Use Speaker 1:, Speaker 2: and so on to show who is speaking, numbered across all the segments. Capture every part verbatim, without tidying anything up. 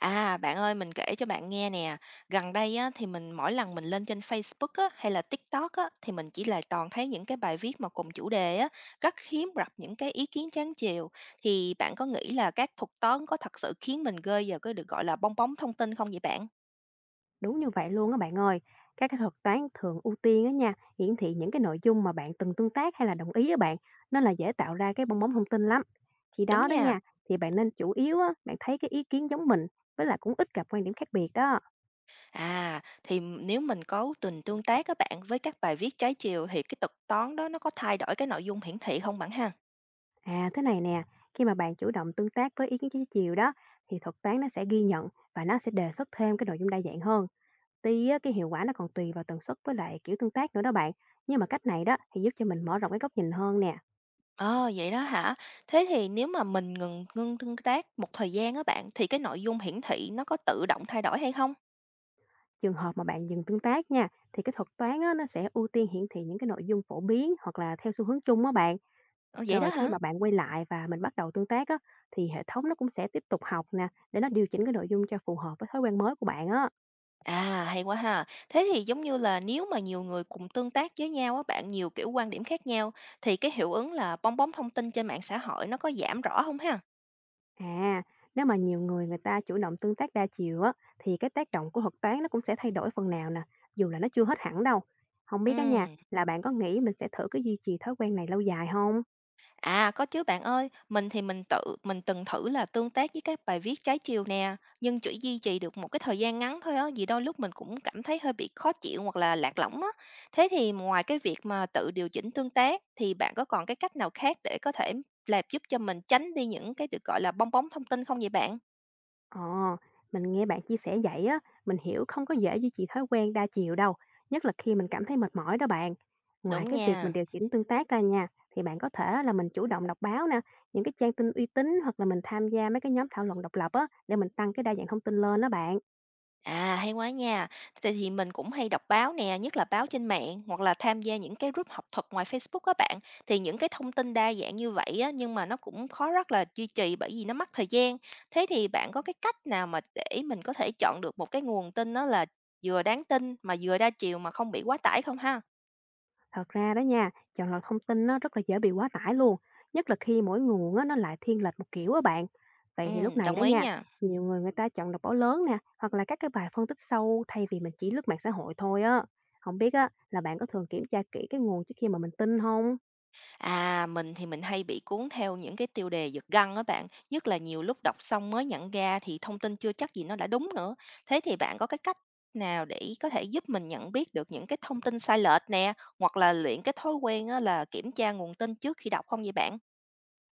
Speaker 1: À, bạn ơi, mình kể cho bạn nghe nè. Gần đây á, thì mình mỗi lần mình lên trên Facebook á, hay là TikTok á, thì mình chỉ là toàn thấy những cái bài viết mà cùng chủ đề á, rất hiếm gặp những cái ý kiến trái chiều. Thì bạn có nghĩ là các thuật toán có thật sự khiến mình rơi vào cái được gọi là bong bóng thông tin không vậy bạn?
Speaker 2: Đúng như vậy luôn á bạn ơi. Các cái thuật toán thường ưu tiên á nha, hiển thị những cái nội dung mà bạn từng tương tác hay là đồng ý á bạn, nên là dễ tạo ra cái bong bóng thông tin lắm. Khi
Speaker 1: Đúng
Speaker 2: đó đó
Speaker 1: nha.
Speaker 2: nha, thì bạn nên chủ yếu á, bạn thấy cái ý kiến giống mình, với lại cũng ít gặp quan điểm khác biệt đó.
Speaker 1: À, thì m- nếu mình có từng tương tác các bạn với các bài viết trái chiều thì cái thuật toán đó nó có thay đổi cái nội dung hiển thị không bạn ha?
Speaker 2: À thế này nè, khi mà bạn chủ động tương tác với ý kiến trái chiều đó, thì thuật toán nó sẽ ghi nhận và nó sẽ đề xuất thêm cái nội dung đa dạng hơn. Tuy á, cái hiệu quả nó còn tùy vào tần suất với lại kiểu tương tác nữa đó bạn, nhưng mà cách này đó thì giúp cho mình mở rộng cái góc nhìn hơn nè.
Speaker 1: Ờ, vậy đó hả? Thế thì nếu mà mình ngừng ngưng tương tác một thời gian á bạn, thì cái nội dung hiển thị nó có tự động thay đổi hay không?
Speaker 2: Trường hợp mà bạn dừng tương tác nha, thì cái thuật toán á, nó sẽ ưu tiên hiển thị những cái nội dung phổ biến hoặc là theo xu hướng chung á bạn.
Speaker 1: Ờ, vậy đó
Speaker 2: Rồi khi
Speaker 1: hả?
Speaker 2: mà bạn quay lại và mình bắt đầu tương tác á, thì hệ thống nó cũng sẽ tiếp tục học nè, để nó điều chỉnh cái nội dung cho phù hợp với thói quen mới của bạn á.
Speaker 1: À, hay quá ha. Thế thì giống như là nếu mà nhiều người cùng tương tác với nhau á bạn, nhiều kiểu quan điểm khác nhau, thì cái hiệu ứng là bong bóng thông tin trên mạng xã hội nó có giảm rõ không ha?
Speaker 2: À, nếu mà nhiều người người ta chủ động tương tác đa chiều á, thì cái tác động của thuật toán nó cũng sẽ thay đổi phần nào nè, dù là nó chưa hết hẳn đâu. Không biết á nha,
Speaker 1: Ừ.
Speaker 2: là bạn có nghĩ mình sẽ thử cái duy trì thói quen này lâu dài không?
Speaker 1: À, có chứ bạn ơi, mình thì mình tự mình từng thử là tương tác với các bài viết trái chiều nè, nhưng chỉ duy trì được một cái thời gian ngắn thôi á, vì đôi lúc mình cũng cảm thấy hơi bị khó chịu hoặc là lạc lõng á. Thế thì ngoài cái việc mà tự điều chỉnh tương tác thì bạn có còn cái cách nào khác để có thể làm giúp cho mình tránh đi những cái được gọi là bong bóng thông tin không vậy bạn?
Speaker 2: Ờ, mình nghe bạn chia sẻ vậy á, mình hiểu không có dễ duy trì thói quen đa chiều đâu, nhất là khi mình cảm thấy mệt mỏi đó bạn. Ngoài
Speaker 1: Đúng
Speaker 2: cái việc mình
Speaker 1: nha.
Speaker 2: điều chỉnh tương tác ra nha, thì bạn có thể là mình chủ động đọc báo nè, những cái trang tin uy tín hoặc là mình tham gia mấy cái nhóm thảo luận độc lập á, để mình tăng cái đa dạng thông tin lên đó bạn.
Speaker 1: À, hay quá nha. Tại thì mình cũng hay đọc báo nè, nhất là báo trên mạng hoặc là tham gia những cái group học thuật ngoài Facebook các bạn. Thì những cái thông tin đa dạng như vậy á, nhưng mà nó cũng khó rất là duy trì bởi vì nó mất thời gian. Thế thì bạn có cái cách nào mà để mình có thể chọn được một cái nguồn tin đó là vừa đáng tin mà vừa đa chiều mà không bị quá tải không ha?
Speaker 2: Thật ra đó nha, chọn lọc thông tin nó rất là dễ bị quá tải luôn, nhất là khi mỗi nguồn á, nó lại thiên lệch một kiểu á bạn. Vậy
Speaker 1: Ừ,
Speaker 2: thì lúc này đó
Speaker 1: đồng ý
Speaker 2: nha,
Speaker 1: nha.
Speaker 2: nhiều người người ta chọn đọc báo lớn nè, hoặc là các cái bài phân tích sâu thay vì mình chỉ lướt mạng xã hội thôi á. Không biết á, là bạn có thường kiểm tra kỹ cái nguồn trước khi mà mình tin không?
Speaker 1: À, mình thì mình hay bị cuốn theo những cái tiêu đề giật gân á bạn, nhất là nhiều lúc đọc xong mới nhận ra thì thông tin chưa chắc gì nó đã đúng nữa. Thế thì bạn có cái cách nào để có thể giúp mình nhận biết được những cái thông tin sai lệch nè, hoặc là luyện cái thói quen á, là kiểm tra nguồn tin trước khi đọc không vậy bạn?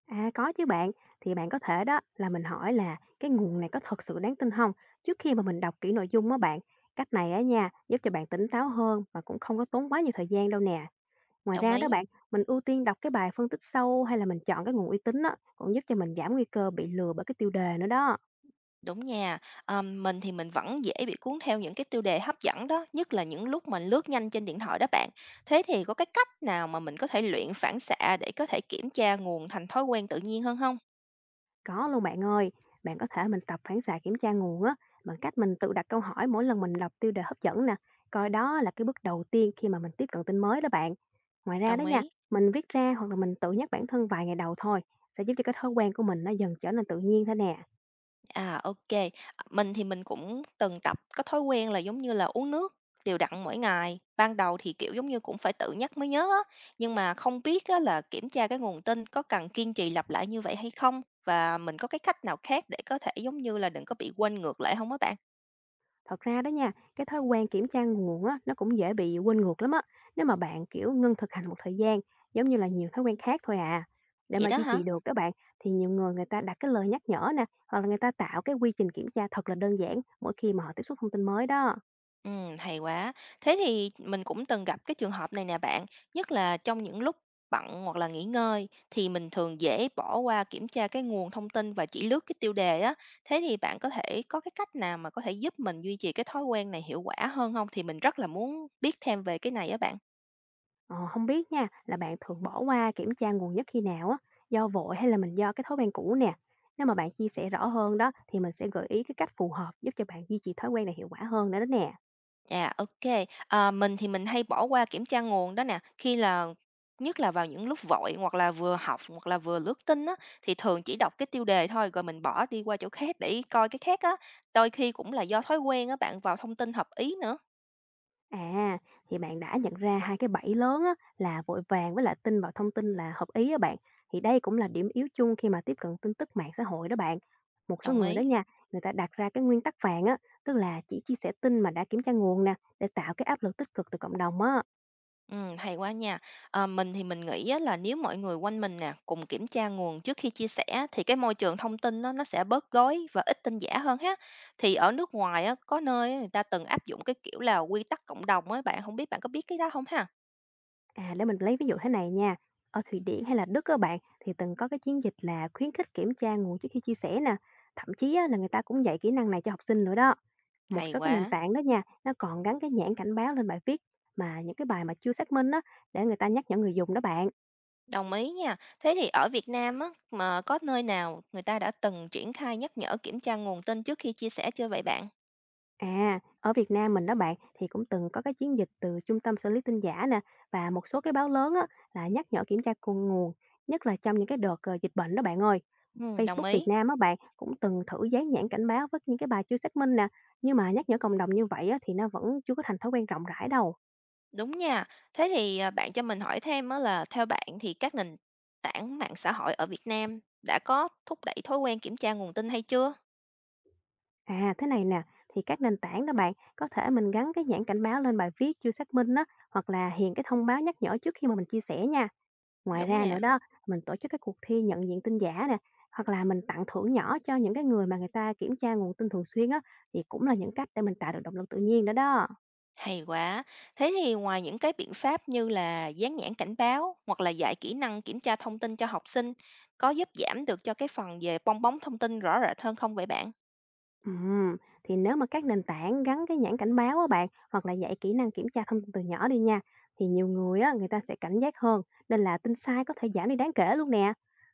Speaker 2: À có chứ bạn, thì bạn có thể đó là mình hỏi là cái nguồn này có thật sự đáng tin không trước khi mà mình đọc kỹ nội dung á bạn. Cách này á nha, giúp cho bạn tỉnh táo hơn và cũng không có tốn quá nhiều thời gian đâu nè. Ngoài
Speaker 1: Đồng
Speaker 2: ra đó
Speaker 1: ý.
Speaker 2: bạn, mình ưu tiên đọc cái bài phân tích sâu hay là mình chọn cái nguồn uy tín á, cũng giúp cho mình giảm nguy cơ bị lừa bởi cái tiêu đề nữa đó.
Speaker 1: Đúng nha. Ờm, mình thì mình vẫn dễ bị cuốn theo những cái tiêu đề hấp dẫn đó, nhất là những lúc mình lướt nhanh trên điện thoại đó bạn. Thế thì có cái cách nào mà mình có thể luyện phản xạ để có thể kiểm tra nguồn thành thói quen tự nhiên hơn không?
Speaker 2: Có luôn bạn ơi, bạn có thể mình tập phản xạ kiểm tra nguồn á, bằng cách mình tự đặt câu hỏi mỗi lần mình đọc tiêu đề hấp dẫn nè, coi đó là cái bước đầu tiên khi mà mình tiếp cận tin mới đó bạn. Ngoài ra đó
Speaker 1: Đồng
Speaker 2: nha,
Speaker 1: ý.
Speaker 2: mình viết ra hoặc là mình tự nhắc bản thân vài ngày đầu thôi, sẽ giúp cho cái thói quen của mình nó dần trở nên tự nhiên thôi nè.
Speaker 1: À, ok. Mình thì mình cũng từng tập có thói quen là, giống như là, uống nước đều đặn mỗi ngày. Ban đầu thì, kiểu, giống như, cũng phải tự nhắc mới nhớ á, nhưng mà không biết á là kiểm tra cái nguồn tin có cần kiên trì lặp lại như vậy hay không? Và mình có cái cách nào khác để có thể, giống như là, đừng có bị quên ngược lại không á bạn?
Speaker 2: Thật ra đó nha, cái thói quen kiểm tra nguồn á, nó cũng dễ bị quên ngược lắm á. Nếu mà bạn kiểu ngưng thực hành một thời gian, giống như là nhiều thói quen khác thôi à. Để
Speaker 1: Vậy
Speaker 2: mà
Speaker 1: đó
Speaker 2: duy trì
Speaker 1: hả?
Speaker 2: được đó bạn, thì nhiều người người ta đặt cái lời nhắc nhở nè, hoặc là người ta tạo cái quy trình kiểm tra thật là đơn giản mỗi khi mà họ tiếp xúc thông tin mới đó.
Speaker 1: Ừm, hay quá. Thế thì mình cũng từng gặp cái trường hợp này nè bạn, nhất là trong những lúc bận hoặc là nghỉ ngơi thì mình thường dễ bỏ qua kiểm tra cái nguồn thông tin và chỉ lướt cái tiêu đề á. Thế thì bạn có thể có cái cách nào mà có thể giúp mình duy trì cái thói quen này hiệu quả hơn không? Thì mình rất là muốn biết thêm về cái này á bạn.
Speaker 2: Ờ, không biết nha, là bạn thường bỏ qua kiểm tra nguồn nhất khi nào á, do vội hay là mình do cái thói quen cũ nè. Nếu mà bạn chia sẻ rõ hơn đó, thì mình sẽ gợi ý cái cách phù hợp giúp cho bạn duy trì thói quen này hiệu quả hơn nữa đó nè.
Speaker 1: À, ok kê. Ờ, mình thì mình hay bỏ qua kiểm tra nguồn đó nè, khi là nhất là vào những lúc vội hoặc là vừa học hoặc là vừa lướt tin á, thì thường chỉ đọc cái tiêu đề thôi rồi mình bỏ đi qua chỗ khác để coi cái khác á, đôi khi cũng là do thói quen á bạn, vào thông tin hợp ý nữa.
Speaker 2: À, thì bạn đã nhận ra hai cái bẫy lớn á, là vội vàng với lại tin vào thông tin là hợp ý á bạn. Thì đây cũng là điểm yếu chung khi mà tiếp cận tin tức mạng xã hội đó bạn. Một số
Speaker 1: Đồng
Speaker 2: người đó
Speaker 1: ý.
Speaker 2: nha, người ta đặt ra cái nguyên tắc vàng á, tức là chỉ chia sẻ tin mà đã kiểm tra nguồn nè, để tạo cái áp lực tích cực từ cộng đồng á.
Speaker 1: Ừm, hay quá nha. Ờ, mình thì mình nghĩ á là nếu mọi người quanh mình nè, cùng kiểm tra nguồn trước khi chia sẻ thì cái môi trường thông tin nó nó sẽ bớt gói và ít tin giả hơn ha. Thì ở nước ngoài á, có nơi á, người ta từng áp dụng cái kiểu là quy tắc cộng đồng á, bạn không biết bạn có biết cái đó không ha?
Speaker 2: À, để mình lấy ví dụ thế này nha. Ở Thụy Điển hay là Đức các bạn thì từng có cái chiến dịch là khuyến khích kiểm tra nguồn trước khi chia sẻ nè. Thậm chí á, là người ta cũng dạy kỹ năng này cho học sinh nữa đó. Một
Speaker 1: Hay
Speaker 2: số cái nền
Speaker 1: quá.
Speaker 2: tảng đó nha, nó còn gắn cái nhãn cảnh báo lên bài viết mà những cái bài mà chưa xác minh đó để người ta nhắc nhở người dùng đó bạn.
Speaker 1: Đồng ý nha. Thế thì ở Việt Nam á, mà có nơi nào người ta đã từng triển khai nhắc nhở kiểm tra nguồn tin trước khi chia sẻ chưa vậy bạn?
Speaker 2: À, ở Việt Nam mình đó bạn thì cũng từng có cái chiến dịch từ trung tâm xử lý tin giả nè và một số cái báo lớn á, là nhắc nhở kiểm tra cội nguồn nhất là trong những cái đợt ờ, dịch bệnh đó bạn ơi.
Speaker 1: Ừm,
Speaker 2: Facebook
Speaker 1: đồng
Speaker 2: Việt
Speaker 1: ý.
Speaker 2: Nam á bạn cũng từng thử dán nhãn cảnh báo với những cái bài chưa xác minh nè nhưng mà nhắc nhở cộng đồng như vậy á, thì nó vẫn chưa có thành thói quen rộng rãi đâu.
Speaker 1: Đúng nha. Thế thì, à, bạn cho mình hỏi thêm á là theo bạn thì các nền tảng mạng xã hội ở Việt Nam đã có thúc đẩy thói quen kiểm tra nguồn tin hay chưa?
Speaker 2: À thế này nè, thì các nền tảng đó bạn có thể mình gắn cái nhãn cảnh báo lên bài viết chưa xác minh á hoặc là hiện cái thông báo nhắc nhở trước khi mà mình chia sẻ nha. Ngoài
Speaker 1: Đúng
Speaker 2: ra
Speaker 1: nha,
Speaker 2: nữa đó, mình tổ chức các cuộc thi nhận diện tin giả nè, hoặc là mình tặng thưởng nhỏ cho những cái người mà người ta kiểm tra nguồn tin thường xuyên á, thì cũng là những cách để mình tạo được động lực tự nhiên đó đó.
Speaker 1: hay quá. Thế thì ngoài những cái biện pháp như là dán nhãn cảnh báo hoặc là dạy kỹ năng kiểm tra thông tin cho học sinh, có giúp giảm được cho cái phần về bong bóng thông tin rõ rệt hơn không vậy bạn?
Speaker 2: Ừm, thì nếu mà các nền tảng gắn cái nhãn cảnh báo á bạn, hoặc là dạy kỹ năng kiểm tra thông tin từ nhỏ đi nha, thì nhiều người á, người ta sẽ cảnh giác hơn, nên là tin sai có thể giảm đi đáng kể luôn nè.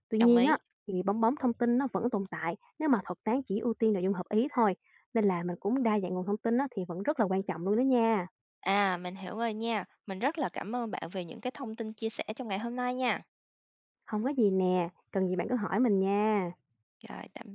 Speaker 2: Tuy
Speaker 1: Đồng
Speaker 2: nhiên á,
Speaker 1: ý.
Speaker 2: thì bong bóng thông tin nó vẫn tồn tại nếu mà thuật toán chỉ ưu tiên nội dung hợp ý thôi. Nên là mình cũng đa dạng nguồn thông tin á, thì vẫn rất là quan trọng luôn đó nha.
Speaker 1: À, mình hiểu rồi nha. Mình rất là cảm ơn bạn về những cái thông tin chia sẻ trong ngày hôm nay nha.
Speaker 2: Không có gì nè, cần gì bạn cứ hỏi mình nha.
Speaker 1: Rồi, tạm biệt.